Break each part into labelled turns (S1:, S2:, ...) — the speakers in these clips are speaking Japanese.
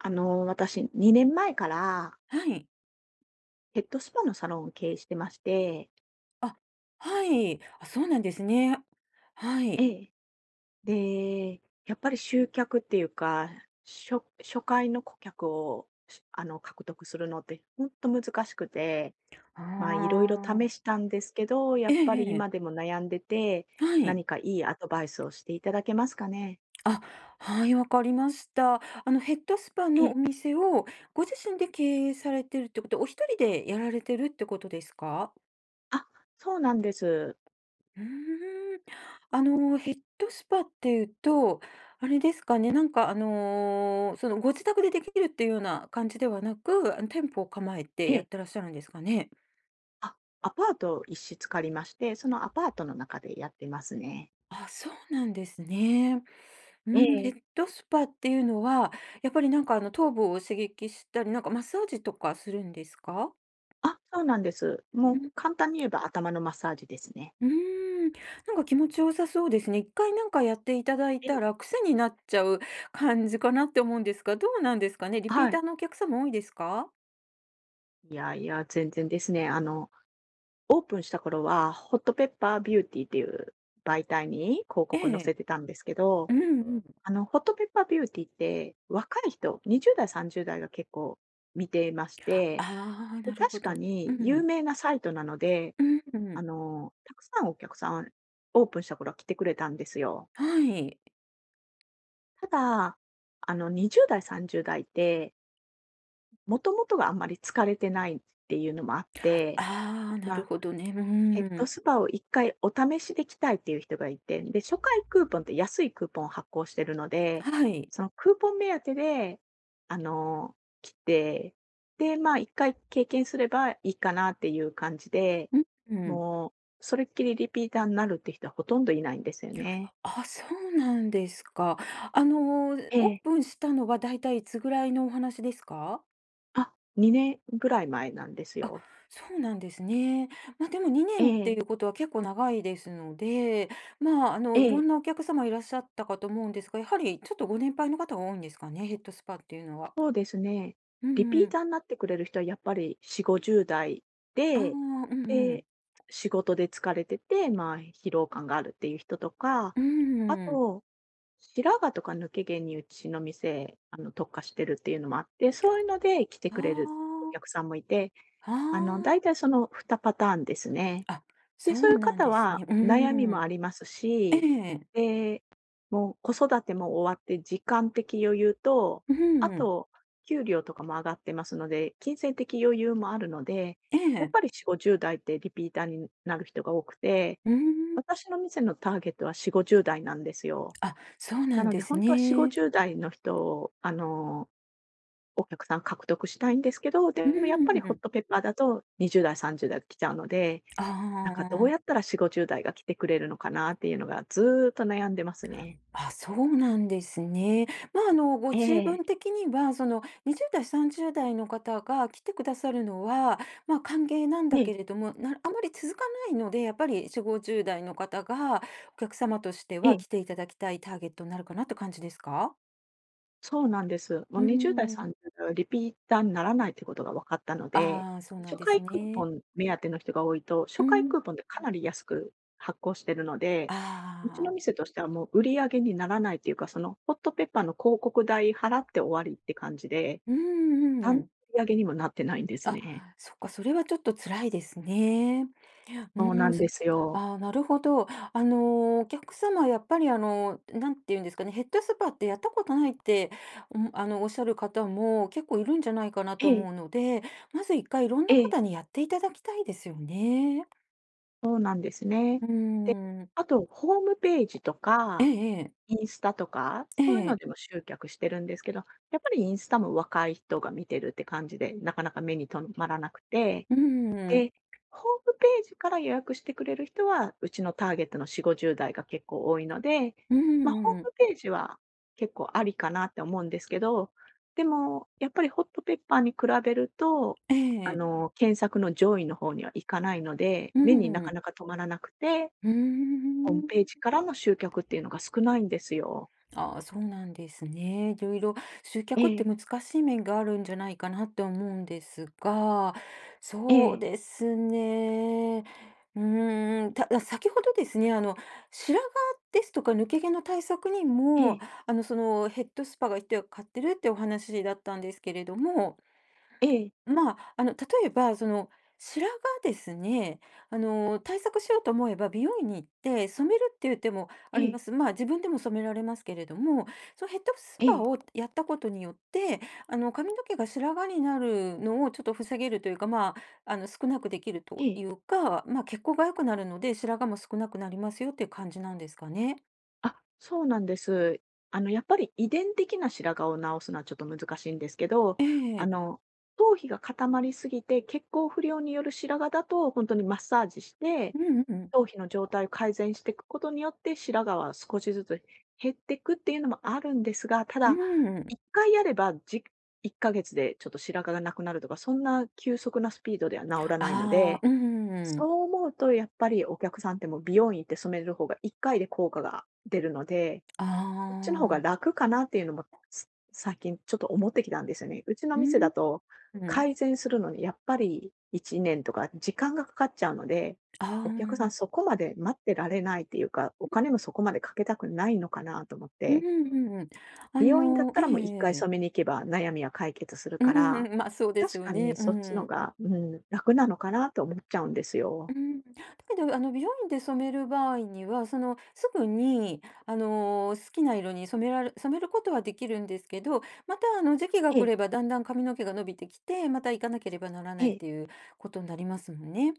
S1: 私、2年前から
S2: はい。
S1: ヘッドスパのサロンを経営してまして、
S2: あ、はい。あ、そうなんですね。は
S1: え
S2: い。
S1: え。で、やっぱり集客っていうか、初初回の顧客を、しあの、獲得するのってほんと難しくて、まあ、いろい
S2: あ
S1: ろ試
S2: あ。
S1: したんですけど、や
S2: え
S1: っぱ
S2: え
S1: り
S2: え
S1: 今で
S2: え。
S1: も悩んでて、
S2: はい。
S1: 何かいいアドバイスをしていただけますかね？
S2: あ、はい、わかりました。あのヘッドスパ
S1: ええ。
S2: のお店をご自身で経営されてるってこと、お一人でやられてるってことですか？
S1: あ、そうなんです。
S2: うーん。あのヘッドスパっていうと、あれですかね、そのご自宅でできるっていうような感じではなく、あの店舗を構えて
S1: え
S2: やっ
S1: え。
S2: てらっしゃるんですかね？
S1: あ、アパートを一室借りまして、そのアパートの中でやってますね。
S2: あ、そうなんですね。う
S1: え
S2: ん、ヘ
S1: え。
S2: ッドスパっていうのは、やっぱり頭部を刺激したり、マッサージとかするんですか？
S1: あ、そうなんです。
S2: う
S1: もう
S2: ん、
S1: 簡単に言えば頭のマッサージですね。
S2: うーん、なんか気持ち良さそうですね。一回なんかやっていただい
S1: え
S2: た
S1: え。
S2: ら癖になっちゃう感じかなって思うんですが、どうなんですかね？リピー
S1: は
S2: タ
S1: い。
S2: ーのお客様多いですか？
S1: いやいや、全然ですね。オープンした頃は、ホットペッパービューティーっていう媒体に広
S2: え
S1: 告載せ
S2: え。
S1: てたんですけど、
S2: うんうん。
S1: ホットペッパービューティーって、若い人、20代、30代が結構見ていまし
S2: あ
S1: て、
S2: あー、
S1: で、
S2: なるほ
S1: 確か
S2: ど。う
S1: に有
S2: ん。
S1: 名なサイトなので、
S2: うんうん。
S1: たくさんお客さん、オープンした頃は来てくれたんですよ。
S2: はい。
S1: ただ、20代、30代ってもともとがあんまり疲れてないっていうのもあって、
S2: ああ、な
S1: ま
S2: る
S1: あ、
S2: ほどね。う
S1: ヘッド
S2: ん。
S1: スパを1回お試しで来たいっていう人がいて、で、初回クーポンって安いクーポンを発行してるので、
S2: はい。
S1: そのクーポン目当てで、あの、来て、で、まあ、1回経験すればいいかなっていう感じで、
S2: うんうん。
S1: もう、それっきりリピーターになるって人はほとんどいないんですよね。
S2: あ、そうなんですか。
S1: え
S2: オー
S1: え。
S2: プンしたのはだいたいいつぐらいのお話ですか？
S1: あ、2年ぐらい前なんです
S2: あ、
S1: よ。
S2: そうなんですね。ま、でも2
S1: え
S2: 年って
S1: え、
S2: いうことは結構長いですので、まあ、
S1: え
S2: いろ
S1: え。
S2: んなお客様いらっしゃったかと思うんですが、やはりちょっとご年配の方が多いんですかね、ヘッドスパっていうのは。
S1: そうですね。
S2: う
S1: リ
S2: んう
S1: ピー
S2: ん。
S1: ターになってくれる人はやっぱり40、50代
S2: ああ、う
S1: で、
S2: んうん。
S1: で、仕事で疲れてて、まあ、疲労感があるっていう人とか、
S2: う
S1: あ
S2: ーん。
S1: と、白髪とか抜け毛にうちの店、特化してるっていうのもあって、そういうので来て
S2: あ
S1: くれるお
S2: あ、
S1: 客さんもいて、
S2: あ
S1: だいた
S2: あ。
S1: いその2パターンですね。
S2: あ、
S1: で、
S2: そう
S1: そういう
S2: なん
S1: 方
S2: です
S1: は
S2: ね。うー
S1: 悩みも
S2: ん。
S1: あります
S2: え
S1: し、
S2: え。
S1: で、もう子育ても終わって時間的余裕と、
S2: う
S1: あ
S2: ーん。
S1: と給料とかも上がってますので、金銭的余裕もあるので、
S2: え
S1: やっぱり
S2: え。
S1: 40、50代ってリピーターになる人が多くて、
S2: うーん。
S1: 私の店のターゲットは40、50代なんですよ。
S2: あ、そうな
S1: な
S2: ん
S1: の
S2: で
S1: で
S2: す
S1: 本当は40、
S2: ね。
S1: 50代の人を、お客さん獲得したいんですけど、
S2: う
S1: でもやっぱり
S2: ー
S1: ホッ
S2: ん。
S1: トペッパーだと20代、30代来ちゃうので、
S2: あ
S1: なんかどうやっ
S2: あ。
S1: たら40、50代が来てくれるのかなっていうのがずーっと悩んでますね。
S2: あ、そうなんですね。まあ、ご
S1: え
S2: 自
S1: え。
S2: 分的には、その、20代、30代の方が来てくださるのは、まあ、歓迎なん
S1: え
S2: だけ
S1: え、
S2: れども、なあまり続かないので、やっぱり40、50代の方がお客様として
S1: え
S2: は
S1: え。
S2: 来ていただきたいターゲットになるかなって感じですか？
S1: そうなんです。もう
S2: うー
S1: 20代、
S2: ん。
S1: 30代はリピーターにならないってことが分かったので、
S2: ああ、そうな
S1: 初
S2: んで
S1: 回
S2: す
S1: クーポ
S2: ね。
S1: ン目当ての人が多いと、
S2: う
S1: 初回
S2: ん。
S1: クーポンってかなり安く発行してるので、
S2: あ
S1: うちの
S2: あ。
S1: 店としてはもう売り上げにならないっていうか、そのホットペッパーの広告代払って終わりって感じで、
S2: うんうん
S1: 何
S2: う
S1: の
S2: ん。
S1: 売り上げにもなってないんです
S2: あ、
S1: ね。
S2: そっか、それはちょっと辛いですね。う
S1: そうな
S2: ーん、
S1: ん
S2: す
S1: ですよ。
S2: ああ、なるほど。あの、お客様やっぱり、何て言うんですかね、ヘッドスパってやったことないって、おっしゃる方も結構いるんじゃないかな
S1: え
S2: と
S1: え、
S2: 思うので、まず一回いろん
S1: え
S2: な
S1: え。
S2: 方にやっていただきたいですよね。
S1: そうなんですね。
S2: うー
S1: で、
S2: ん。
S1: あとホームページと
S2: え
S1: か、
S2: えええ。
S1: インスタとか、
S2: え
S1: そういうの
S2: え。
S1: でも集客してるんですけど、やっぱりインスタも若い人が見てるって感じで、なかなか目に留まらなくて、
S2: うーん。
S1: で、ホームページから予約してくれる人は、うちのターゲットの4 50代が結構多いので、
S2: うー
S1: まあ、ホー
S2: ん。
S1: ムページは結構ありかなって思うんですけど、でも、やっぱりホットペッパーに比べると、
S2: ええ。
S1: 検索の上位の方にはいかないので、
S2: う
S1: 目にな
S2: ー
S1: か
S2: ん。
S1: なか止まらなくて、
S2: うー
S1: ホームペ
S2: ん。
S1: ージからの集客っていうのが少ないんですよ。
S2: ああ、そうなんですね。いろいろ集
S1: え
S2: 客って
S1: え、
S2: 難しい面があるんじゃないかなって思うんですが、
S1: え
S2: そう
S1: え、
S2: ですね。うーん、ただ先ほどですね、白髪ですとか抜け毛の対策に
S1: え
S2: も、
S1: え、
S2: そのヘッドスパが一手買ってるってお話だったんですけれども、
S1: ええ、
S2: まあ、あの、例えば、その、白髪ですね、対策しようと思えば美容院に行って染めるっていう手もあ
S1: え
S2: りま
S1: え、
S2: す。まあ、自分でも染められますけれども、そのヘッドス
S1: え
S2: パ
S1: え、
S2: をやったことによって、髪の毛が白髪になるのをちょっと防げるというか、まあ、少なくできる
S1: え
S2: と
S1: え。
S2: いうか、まあ、血行が良くなるので、白髪も少なくなりますよっていう感じなんですかね。
S1: あ、そうなんです。やっぱり遺伝的な白髪を治すのはちょっと難しいんですけど、
S2: え
S1: あ
S2: え。
S1: の、頭皮が固まりすぎて、血行不良による白髪だと、本当にマッサージして、
S2: うんうん。
S1: 頭皮の状態を改善していくことによって、白髪は少しずつ減っていくっていうのもあるんですが、た
S2: う
S1: だ、1
S2: ん。
S1: 回やれば、1ヶ月でちょっと白髪がなくなるとか、そんな急速なスピードでは治らないの
S2: あ
S1: で、
S2: あ、うん。
S1: そう思うとやっぱりお客さんってもう美容院行って染める方が1回で効果が出るので、
S2: あ
S1: そっちの方が
S2: あ。
S1: 楽かなっていうのも、最近ちょっと思ってきたんですよね。うちの
S2: う
S1: 店だ
S2: ん。
S1: と改善するのにやっぱり1年とか時間がかかっちゃうので、
S2: ああ、う
S1: お客さん
S2: ん
S1: そこまで待ってられないっていうか、お金もそこまでかけたくないのかなと思っ
S2: う
S1: て、
S2: んうん。あ
S1: 美容院だっ
S2: の、
S1: たらもう1回
S2: ええ
S1: 染めに行けば悩みは解決する
S2: う
S1: か
S2: ん
S1: ら、
S2: うんまあそうです
S1: 確
S2: よ
S1: か
S2: ね。
S1: に
S2: う
S1: そっちの
S2: ん。
S1: が、うん、楽なのかなと思っちゃうんです
S2: う
S1: よ。
S2: ん。だけど、美容院で染める場合には、その、すぐに、好きな色に染めることはできるんですけど、また、時期が
S1: え
S2: 来
S1: え
S2: ればだんだん髪の毛が伸びてきて、また行かなければなら
S1: え
S2: ないっ
S1: え、
S2: ていうことになりますもんね。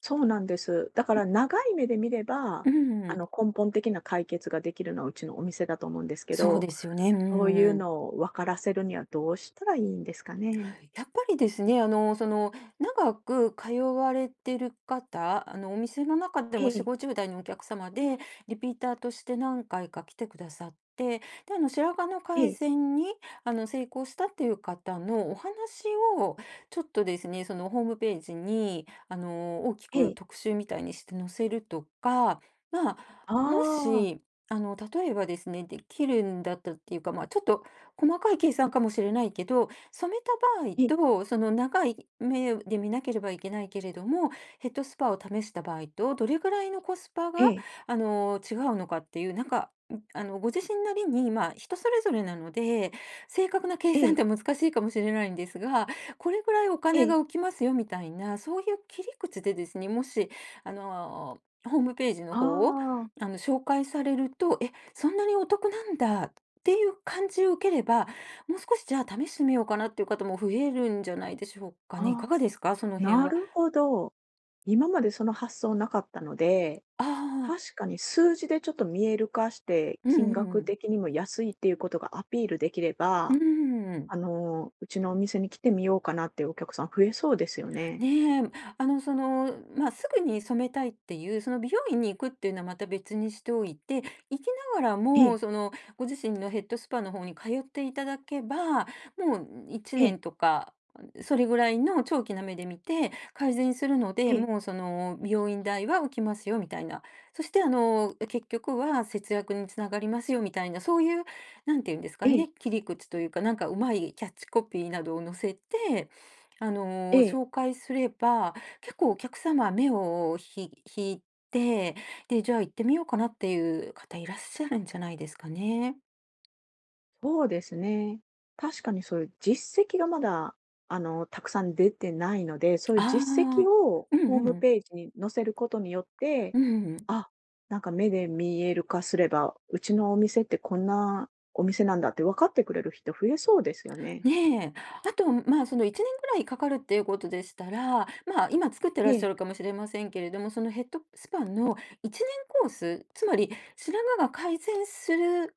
S1: そうなんです。だから長い目で見れば、
S2: うん。
S1: 根本的な解決ができるのはうちのお店だと思うんですけ
S2: そう
S1: ど、
S2: ですよね。
S1: そういう
S2: うん。
S1: のを分からせるにはどうしたらいいんですかね？
S2: やっぱりですね、あの、その、長く通われてる方、お店の中で
S1: え
S2: も40、
S1: え、
S2: 50代のお客様で、リピーターとして何回か来てくださって、で、白髪の
S1: え
S2: 改
S1: え、
S2: 善に、成功したっていう方のお話を、ちょっとですね、その、ホームページに、大き
S1: え
S2: く
S1: え。
S2: 特集みたいにして載せるとか、まあ、
S1: あ
S2: も
S1: あ、
S2: し、例えばですね、できるんだったっていうか、まあ、ちょっと細かい計算かもしれないけど、染めた場合
S1: ええ、
S2: と、その長い目で見なければいけないけれども、ヘッドスパを試した場合と、どれぐらいのコスパが、
S1: ええ、
S2: 違うのかっていう、ご自身なりに、まあ、人それぞれなので、正確な計
S1: え
S2: 算っ
S1: え、
S2: て難しいかもしれないんですが、これぐらいお
S1: え
S2: 金
S1: え。
S2: が浮きますよみたいな、そういう切り口でですね、もし、あの、ホームページの
S1: あ
S2: 方を、
S1: あ、
S2: 紹介されると、え、そんなにお得なんだっていう感じを受ければ、もう少しじゃあ試してみようかなっていう方も増えるんじゃないでしょうかね。いか
S1: ああ、
S2: がですか？その辺
S1: な
S2: は。
S1: るほど。今までその発想なかったので、
S2: ああ、
S1: 確かに数字でちょっと見える化して、
S2: うんう
S1: 金
S2: んう
S1: 額
S2: ん。
S1: 的にも安いっていうことがアピールできれ
S2: うー
S1: ば
S2: ん。
S1: うちのお店に来てみようかなっていうお客さん増えそうですよね。
S2: ねえ、あの、その、まあ、すぐに染めたいっていう、その美容院に行くっていうのはまた別にしておいて、行きながら
S1: ええ、
S2: も、その、ご自身のヘッドスパの方に通っていただけば、もう1
S1: ええ、
S2: 年とか、それぐらいの長期な目で見て改善するの
S1: え
S2: で、
S1: え、
S2: もうその美容院代は浮きますよみたいな。そしてあの、結局は節約につながりますよみたいな、そういう、なんていうんです
S1: え
S2: か
S1: え、
S2: ね、切り口というか、なんかうまいキャッチコピーなどを載せて、
S1: ええ、
S2: 紹介すれば、結構お客様目を引いて、で、じゃあ行ってみようかなっていう方いらっしゃるんじゃないですかね。
S1: そうですね。確かにそういう実績がまだ、たくさん出てないので、そういう実
S2: あ
S1: 績
S2: あ。
S1: を
S2: う
S1: ホー
S2: んう
S1: ム
S2: ん。
S1: ページに載せることによって、
S2: うんうん。
S1: あ、なんか目で見える化すれば、うちのお店ってこんなお店なんだって分かってくれる人増えそうですよね。
S2: ねえ。あと、まあ、その1年ぐらいかかるっていうことでしたら、まあ、今作ってら
S1: え
S2: っしゃる
S1: え、
S2: かもしれませんけれども、そのヘッドスパの1年コース、つまり白髪が改善する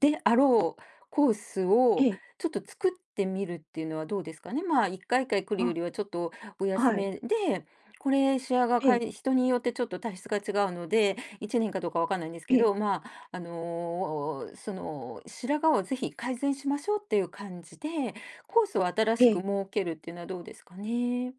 S2: であろうコース
S1: え
S2: を
S1: え、
S2: ちょっと作ってみるっていうのはどうですかね。まあ、1回1回来るよ
S1: あ、
S2: りはちょっとお休
S1: はい、
S2: めで、これ、白髪
S1: え
S2: か
S1: え、
S2: い人によってちょっと体質が違うので、1年かどうかわかんないんです
S1: え
S2: け
S1: え、
S2: ど、まああの、その、白髪をぜひ改善しましょうっていう感じで、コースを新
S1: え
S2: しく
S1: え。
S2: 設けるっていうのはどうですかね。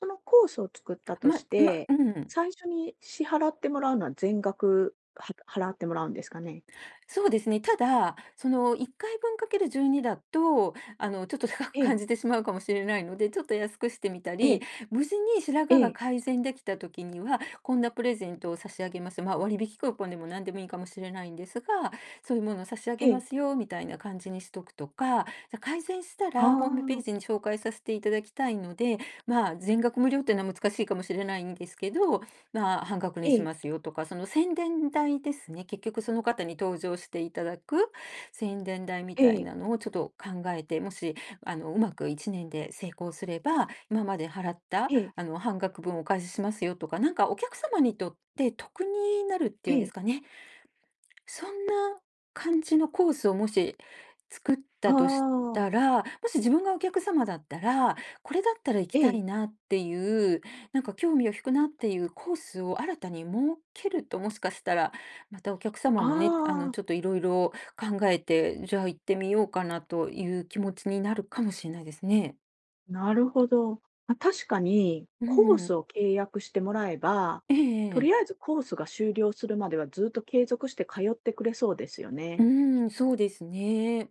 S1: そのコースを作ったとし
S2: まま
S1: て、
S2: うん。
S1: 最初に支払ってもらうのは全額は払ってもらうんですかね？
S2: そうですね。ただ、その1回分かける12だと、ちょっと高く
S1: ええ、
S2: 感じてしまうかもしれないので、ちょっと安くしてみた
S1: え
S2: り、
S1: え、
S2: 無事に白
S1: え
S2: 髪が
S1: え、
S2: 改善できた時には、こんなプレゼントを差し上げます。まあ、割引クーポンでも何でもいいかもしれないんですが、そういうものを差し上
S1: え
S2: げま
S1: え、
S2: すよ、みたいな感じにしとくとか、じゃあ改善した
S1: あ
S2: らホームペ
S1: あ、
S2: ージに紹介させていただきたいので、まあ、全額無料っていうのは難しいかもしれないんですけど、まあ、半額
S1: え
S2: にし
S1: え、
S2: ますよとか、その宣伝代ですね。結局その方に登場していただく宣伝代み
S1: え
S2: たい
S1: え、
S2: なのをちょっと考えて、もし、うまく1年で成功すれば、今まで払った、
S1: ええ、
S2: 半額分お返ししますよとか、なんかお客様にとって得になるって
S1: え
S2: いうんです
S1: え、
S2: かね。そんな感じのコースをもし作っ
S1: あ
S2: たとし
S1: あ、
S2: たら、もし自分がお客様だったら、これだったら行き
S1: え
S2: た
S1: え、
S2: いなっていう、なんか興味を引くなっていうコースを新たに設けると、もしかしたら、またお客
S1: あ
S2: 様もね、
S1: あ、
S2: ちょっといろいろ考えて、じゃあ行ってみようかなという気持ちになるかもしれないですね。
S1: なるほど。まあ、確かに、
S2: う
S1: コー
S2: んう
S1: ス
S2: ん。
S1: を契約してもらえば、と
S2: え
S1: りあえ
S2: え
S1: ずコースが終了するまではずっと継続して通ってくれそうですよ
S2: う
S1: ね。
S2: ん、そうですね。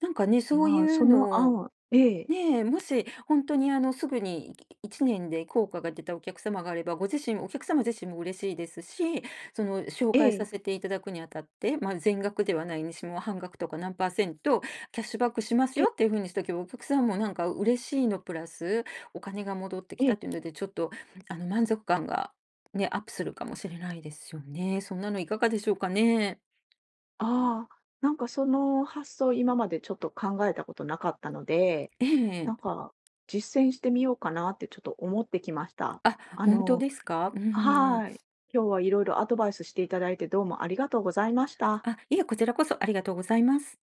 S2: なんかね、そうい
S1: まあ、そ
S2: う
S1: の
S2: の
S1: 案
S2: を
S1: はええ、
S2: ねえ、もし本当にあの、すぐにい1年で効果が出たお客様があれば、ご自身お客様自身も嬉しいですし、その紹
S1: え
S2: 介さ
S1: え、
S2: せていただくにあたって、まあ、全額ではないにしても半額とか何パーセントキャッシュバックします
S1: ええ、え
S2: よって
S1: え。
S2: いう風にしとけば、お客さんもなんか嬉しいのプラス、お金が戻ってきたっていうので、ちょっと満足感がね、アップするかもしれないですよね。そんなのいかがでしょうかね？
S1: ああ、なんかその発想、今までちょっと考えたことなかったので、
S2: え
S1: な
S2: え。
S1: んか実践してみようかなってちょっと思ってきました。
S2: あ、
S1: あ
S2: 本当
S1: の、
S2: ですか？うんうん。
S1: はい。今日はいろいろアドバイスしていただいてどうもありがとうございました。
S2: あ、いえ、こちらこそありがとうございます。